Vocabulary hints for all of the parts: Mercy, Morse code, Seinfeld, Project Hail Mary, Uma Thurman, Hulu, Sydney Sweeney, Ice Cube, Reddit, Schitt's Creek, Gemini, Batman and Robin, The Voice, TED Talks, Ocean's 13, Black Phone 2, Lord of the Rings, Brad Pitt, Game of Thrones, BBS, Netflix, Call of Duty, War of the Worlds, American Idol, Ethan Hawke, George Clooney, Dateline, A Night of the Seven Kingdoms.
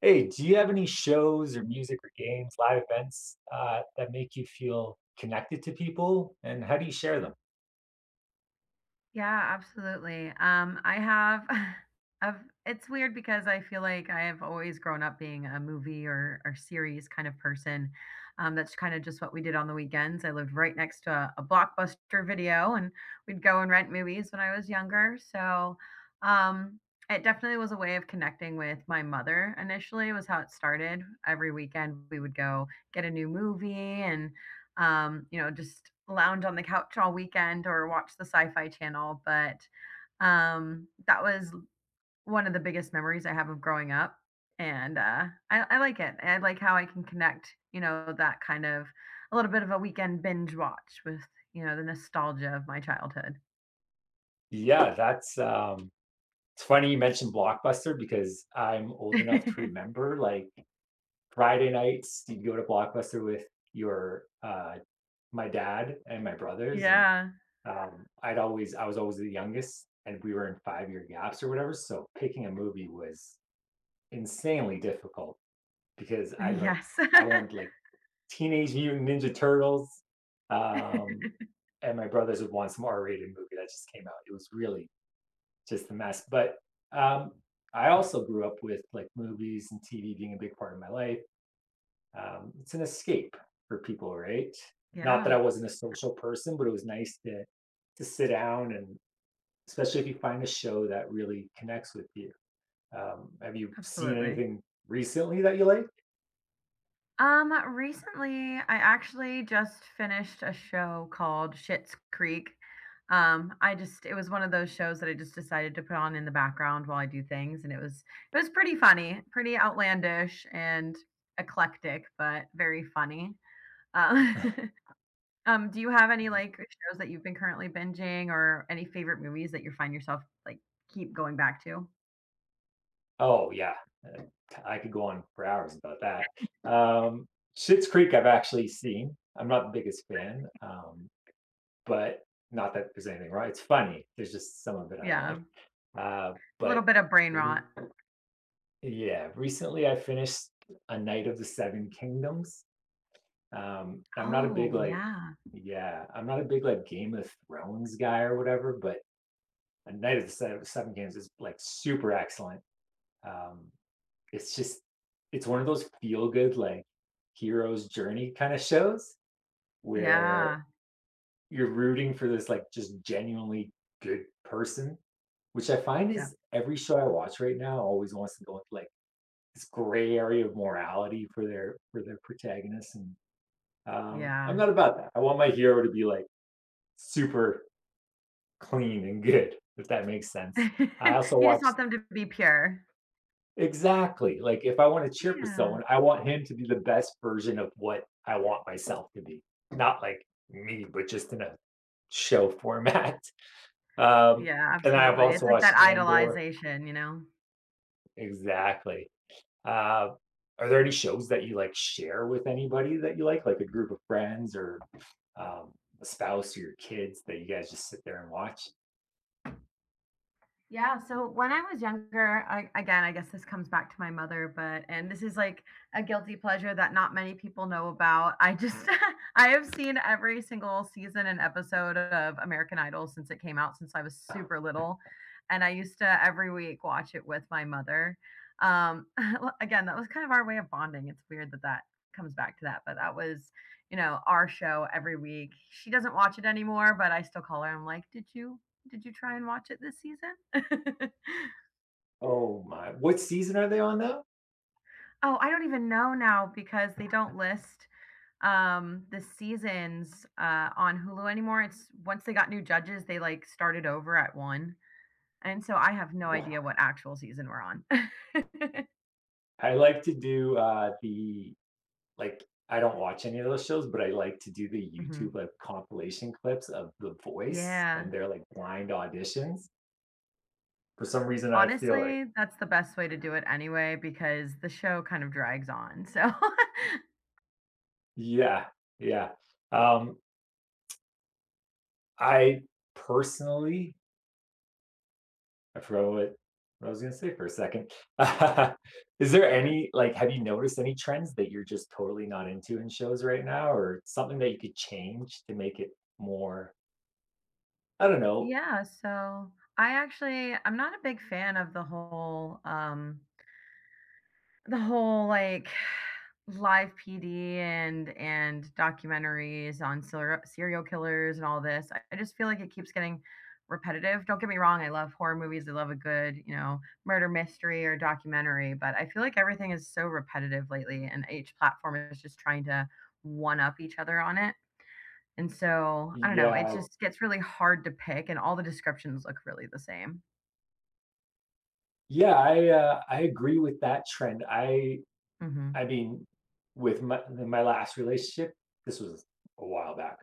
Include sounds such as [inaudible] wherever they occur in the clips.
Hey, do you have any shows or music or games, live events that make you feel connected to people, and how do you share them? Yeah, absolutely. I have [laughs] I've it's weird because I feel like I have always grown up being a movie or series kind of person. That's kind of just what we did on the weekends. I lived right next to a Blockbuster video, and we'd go and rent movies when I was younger. So, um, it definitely was a way of connecting with my mother initially, was how it started. Every weekend we would go get a new movie and you know, just lounge on the couch all weekend or watch the Sci-Fi Channel. But, that was one of the biggest memories I have of growing up, and, I like it, I like how I can connect, you know, that kind of a little bit of a weekend binge watch with, you know, the nostalgia of my childhood. Yeah, that's it's funny you mentioned Blockbuster because I'm old enough to [laughs] remember like Friday nights you'd go to Blockbuster with your my dad and my brothers, and Yeah. I was always the youngest, and we were in 5 year gaps or whatever, so picking a movie was insanely difficult because Yes. I wanted like Teenage Mutant Ninja Turtles. Um, [laughs] and my brothers would want some R-rated movie that just came out. It was really just a mess. But um, I also grew up with like movies and TV being a big part of my life. It's an escape for people, right? Not that I Yeah, wasn't a social person, but it was nice to sit down and especially if you find a show that really connects with you. Have you seen absolutely. anything recently that you like? Recently, I actually just finished a show called Schitt's Creek. I just it was one of those shows that I just decided to put on in the background while I do things, and it was pretty funny, pretty outlandish and eclectic, but very funny. Uh, [laughs] do you have any like shows that you've been currently binging, or any favorite movies that you find yourself like keep going back to? Oh, yeah. Uh, I could go on for hours about that. Um, Schitt's Creek, I've actually seen. I'm not the biggest fan, but not that there's anything wrong. It's funny. There's just some of it I don't Yeah, like. Uh, a little but bit of brain re- rot. yeah, recently I finished A Night of the Seven Kingdoms. I'm not a big Oh like, yeah, yeah, I'm not a big like Game of Thrones guy or whatever, but A Night of the Seven Kingdoms is like super excellent. Um, it's just it's one of those feel good like hero's journey kind of shows where yeah, you're rooting for this like just genuinely good person, which I find yeah, is every show I watch right now always wants to go into like this gray area of morality for their protagonists. And I'm yeah. not about that. I want my hero to be like super clean and good, if that makes sense. I [laughs] also You just watch. want them to be pure. Exactly. Like if I want to cheer for Yeah. someone, I want him to be the best version of what I want myself to be. Not like me, but just in a show format. [laughs] Um, Yeah, and I've absolutely. It's also like watched that Andor. idolization, you know? Exactly. Uh, are there any shows that you like share with anybody that you like a group of friends or um, a spouse or your kids that you guys just sit there and watch? Yeah, so when I was younger, I, again, I guess this comes back to my mother, but and this is like a guilty pleasure that not many people know about. I just [laughs] I have seen every single season and episode of American Idol since it came out, since I was super little, and I used to every week watch it with my mother. Um, [laughs] again, that was kind of our way of bonding. It's weird that that comes back to that, but that was, you know, our show every week. She doesn't watch it anymore, but I still call her. I'm like, did you try and watch it this season?" [laughs] Oh my, what season are they on now? Oh, I don't even know now because they don't list the seasons on Hulu anymore. It's once they got new judges, they like started over at one. And so I have no Wow. idea what actual season we're on. [laughs] I like to do, the like, I don't watch any of those shows, but I like to do the YouTube, Mhm. like, compilation clips of The Voice and Yeah. their, like, blind auditions. For some reason, I feel like Honestly, that's the best way to do it anyway because the show kind of drags on. So, [laughs] yeah, yeah. Um, I personally I forgot what I was gonna say for a second. [laughs] Is there yeah. any like, have you noticed any trends that you're just totally not into in shows right now or something that you could change to make it more, I don't know. Yeah, so I'm not a big fan of the whole the whole, like, live PD and documentaries on serial killers and all this. I just feel like it keeps getting repetitive. Don't get me wrong, I love horror movies, I love a good, you know, murder mystery or documentary, but I feel like everything is so repetitive lately, and each platform is just trying to one up each other on it, and so, I don't know, it Yeah. just gets really hard to pick, and all the descriptions look really the same. Yeah, I agree with that trend. I Mhm. mean, with my last relationship, this was a while back,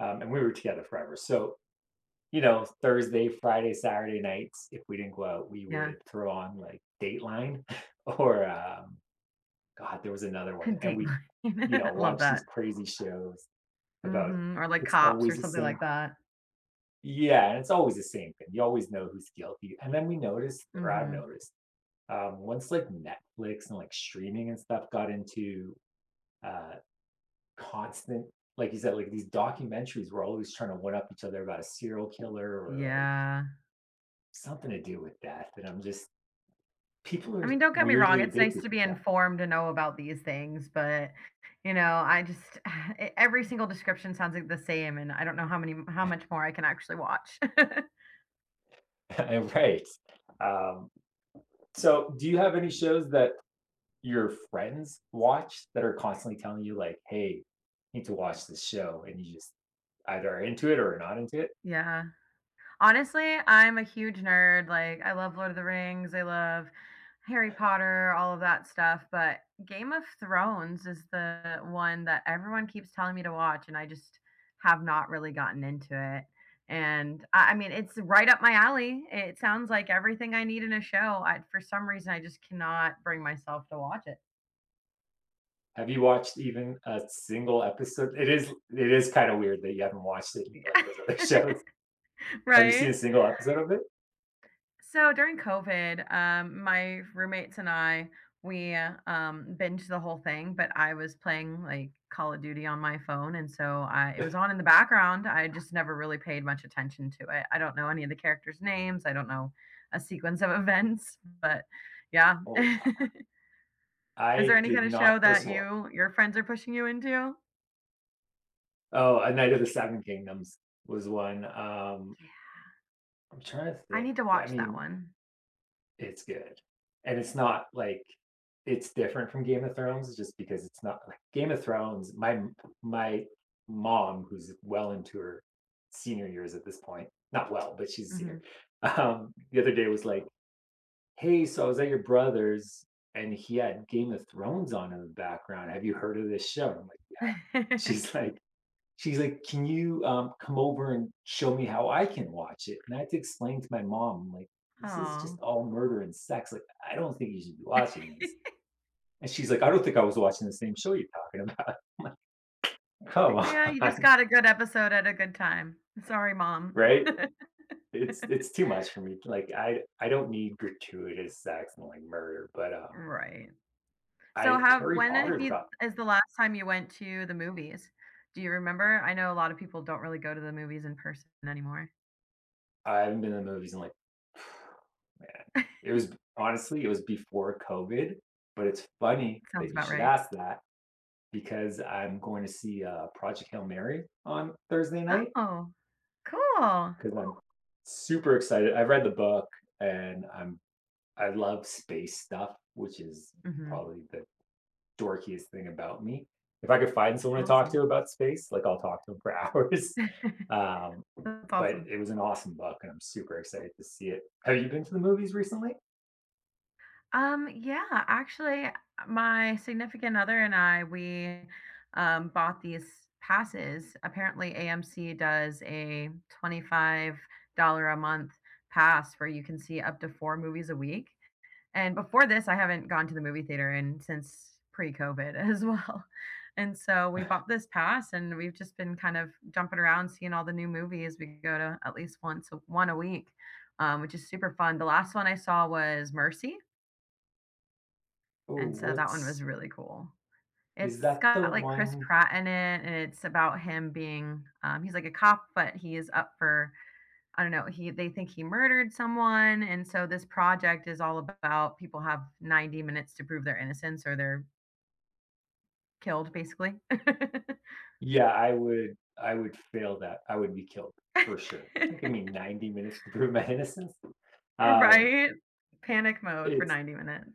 and we were together forever. So you know, Thursday, Friday, Saturday nights, if we didn't go out, we Yeah. would throw on like Dateline [laughs] or God, there was another [laughs] one, and we, you know, Dateline. [laughs] Love watch these that. crazy shows about Mhm, or like it's cops or always the something same. like that. Yeah, and it's always the same thing. You always know who's guilty, and then we noticed, or I've Mhm. noticed once like Netflix and like streaming and stuff got into uh, constant, like you said, like these documentaries were always trying to one up each other about a serial killer or like Yeah. something to do with death. And I'm just, people I are mean, don't get me wrong, weirdly it's nice addicted to to be informed and know about these things, but, you know, I just [sighs] e every single description sounds like the same, and I don't know how much more I can actually watch. [laughs] that. [laughs] right. Um, so, do you have any shows that your friends watch that are constantly telling you, like, hey, you need to watch this show? And you just either are into it or are not into it? Yeah. Honestly, I'm a huge nerd, like, I love Lord of the Rings, I love Harry Potter, all of that stuff, but Game of Thrones is the one that everyone keeps telling me to watch, and I just have not really gotten into it, and I mean, it's right up my alley. It sounds like everything I need in a show. I For some reason, I just cannot bring myself to watch it. Have you watched even a single episode? It is kind of weird that you haven't watched it and [laughs] you like Yeah. those other [laughs] shows. [laughs] Have you seen Right? a single episode of it? So during COVID, my roommates and I, we binged the whole thing, but I was playing like Call of Duty on my phone. And so it was on in the background. I just never really paid much attention to it. I don't know any of the characters' names. I don't know a sequence of [laughs] events, but yeah. Oh, [laughs] wow. Is there I any kind did of show not. that First of all, your friends are pushing you into? oh, A Night of the Seven Kingdoms was one. I'm trying to I think. need to I watch that mean, one. it's good, and it's not like it's different from Game of Thrones just because it's not like Game of Thrones. My mom, who's well into her senior years at this point, not well, but she's a senior. Hmm. The other day was like, hey, so I was at your brother's and he had Game of Thrones on in the background. Have you heard of this show? And I'm like, [laughs] [laughs] she's like, can you come over and show me how I can watch it? And I had to explain to my mom, I'm like, this is just Oh. all murder and sex. Like, I don't think you should be watching this. [laughs] And she's like, I don't think I was watching the same show you're talking about. [laughs] Come Like, yeah, you just on, got a good episode at a good time. Sorry, [laughs] mom. right? [laughs] It's too much for me. Like I don't need gratuitous sex and like murder, but Right. So I Harry have Potter's you got. is the last time you went to the movies? Do you remember? I know a lot of people don't really go to the movies in person anymore. I haven't been to the movies in like [sighs] man, it was honestly, it was before COVID, but it's funny Sounds that you about should right. ask that because I'm going to see, Project Hail Mary on Thursday night Oh, cool. because 'cause I'm super excited. I've read the book and I love space stuff, which is Mhm. probably the dorkiest thing about me. If I could find someone to talk Awesome. to about space, like, I'll talk to them for [laughs] hours. [laughs] Um, That's but awesome. it was an awesome book, and I'm super excited to see it. Have you been to the movies recently? Yeah, actually, my significant other and I, we bought these passes. Apparently, AMC does a $25 a month pass where you can see up to four movies a week. And before this, I haven't gone to the movie theater in since pre-COVID as well. [laughs] And so we bought this pass and we've just been kind of jumping around seeing all the new movies. We go to at least one a week, which is super fun. The last one I saw was Mercy, Oh, and so that one was what's really cool. is It's that the got, like, Chris one? Pratt in it, and it's about him being, he's like a cop, but he is up for I don't know, he they think he murdered someone, and so this project is all about people have 90 minutes to prove their innocence or they're killed, basically. [laughs] Yeah, I would fail that. I would be killed for sure. It took me 90 minutes to prove my innocence. Um, Right? Panic mode for it's 90 minutes.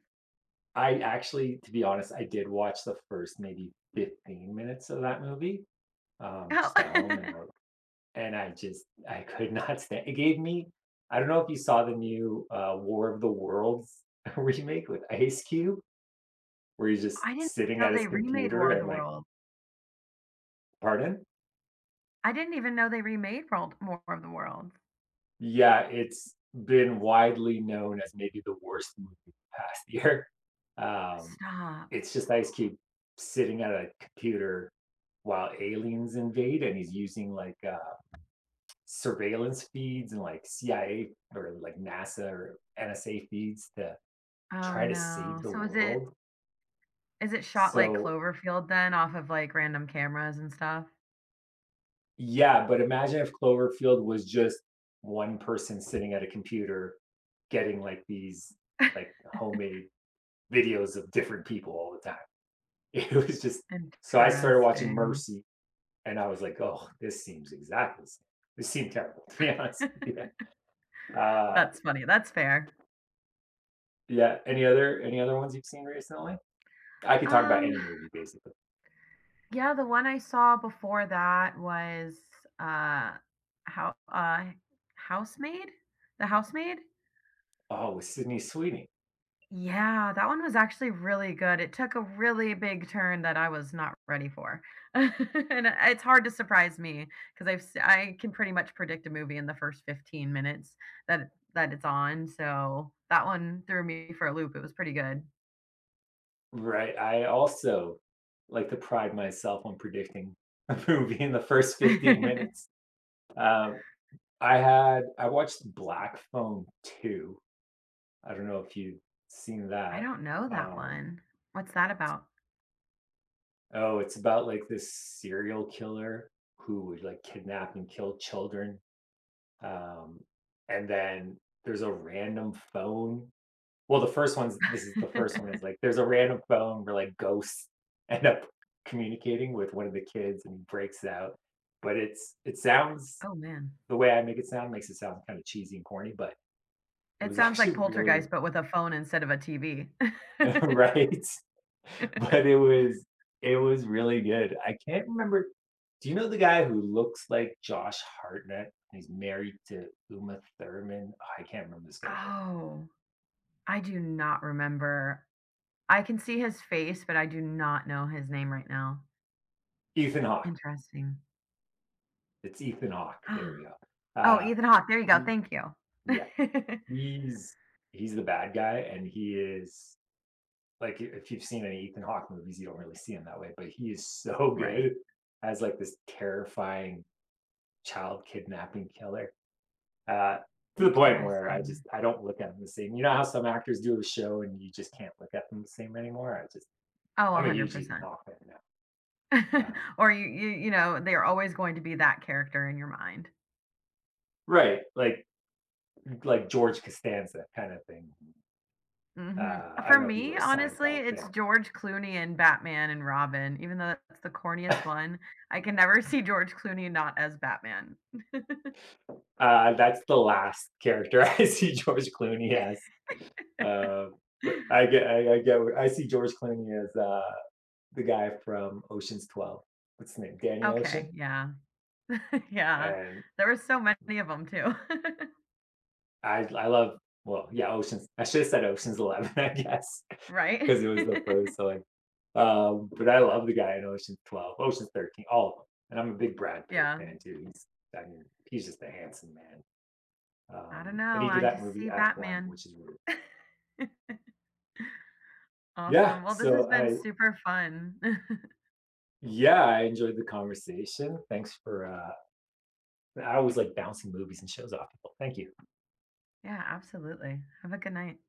I actually, to be honest, I did watch the first maybe 15 minutes of that movie, um, Oh, just at home [laughs] and I just I could [laughs] not stand It gave me, I don't know if you saw the new War of the Worlds [laughs] remake with Ice Cube, where he's just I didn't sitting know at his they remade computer War of the and like, Worlds. pardon? I didn't even know they remade World War of the Worlds. Yeah, it's been widely known as maybe the worst movie of the past [laughs] year. Um, Stop. it's just Ice Cube sitting at a computer while aliens invade, and he's using like surveillance feeds and like CIA or like NASA or NSA feeds to Oh, try to no. save the So is it world. is it shot like So, Cloverfield then off of, like, random cameras and stuff? yeah, but imagine if Cloverfield was just one person sitting at a computer getting like these [laughs] like homemade videos of different people all the time. [laughs] It was just, so I started watching Interesting. Mercy and I was like, oh, this seems exactly the same. This seemed terrible [laughs] to be honest. [laughs] Yeah. Uh That's funny, that's fair. yeah. Any other ones you've seen recently? I could talk about Um, any movie basically. yeah, the one I saw before that was, uh, how Housemaid? The Housemaid? Oh, with Sydney Sweeney. Yeah, that one was actually really good. It took a really big turn that I was not ready for. [laughs] And it's hard to surprise me because I can pretty much predict a movie in the first 15 minutes that it's on. So that one threw me for a loop. It was pretty good. Right. I also like to pride myself on predicting [laughs] a movie in the first 15 [laughs] minutes. Um, I watched Black Phone 2. I don't know if you've seen I that. don't know that Um, one. What's that about? Oh, it's about like this serial killer who would like kidnap and kill children. Um, and then there's a random phone. Well, the first one's this is the first one is like [laughs] there's a random phone where like ghosts [laughs] end up communicating with one of the kids and he breaks out. But it's it sounds, Oh man. the way I make it sound makes it sound kind of cheesy and corny, but it It was [laughs] sounds like actually really. Poltergeist, but with a phone instead of a TV. [laughs] [laughs] Right? But it was really good. I can't remember, do you know the guy who looks like Josh Hartnett? He's married to Uma Thurman. Oh, I can't remember this guy's name. Oh, I do not remember. I can see his face, but I do not know his name right now. Ethan Hawke. Interesting. [gasps] It's Ethan Hawke. Ah, There we go. oh, Ethan Hawke, there you go, he- thank you. yeah, [laughs] he's he's the bad guy, and he is like if you've seen any Ethan Hawke movies, you don't really see him that way, but he is so Right. good as like this terrifying child kidnapping killer. uh, to the point where I Interesting. just I don't look at them the same. You know how some actors do a show and you just can't look at them the same anymore. I just Oh, I'm a huge Ethan 100%. Hawke fan now. Um, [laughs] Or you know, they're always going to be that character in your mind. right, like George Costanza kind of thing. Mhm. I For don't know if you me, were a honestly, Seinfeld it's fan. George Clooney and Batman and Robin, even though that's the corniest one. I can never [laughs] see George Clooney not as Batman. [laughs] That's the last character [laughs] I see George Clooney as. Uh, but I get I see George Clooney as the guy from Ocean's 12. What's his name? Danny Ocean. Okay, yeah. [laughs] Yeah. And There were so many of them too. [laughs] I love, well, yeah, Ocean's. I should have said Ocean's 11, [laughs] I guess, Right? because it was the first. [laughs] So like, but I love the guy in Ocean's 12, Ocean's 13, all of them. And I'm a big Brad Pitt Yeah. fan too. He's, I mean, he's just a handsome man. I don't And know, he did I that just movie see F1, Batman. which is weird. [laughs] Yeah. Awesome. Well, this has been super fun. [laughs] Yeah, I enjoyed the conversation. Thanks for. I always like bouncing movies and shows off people. Thank you. Yeah, absolutely. Have a good night.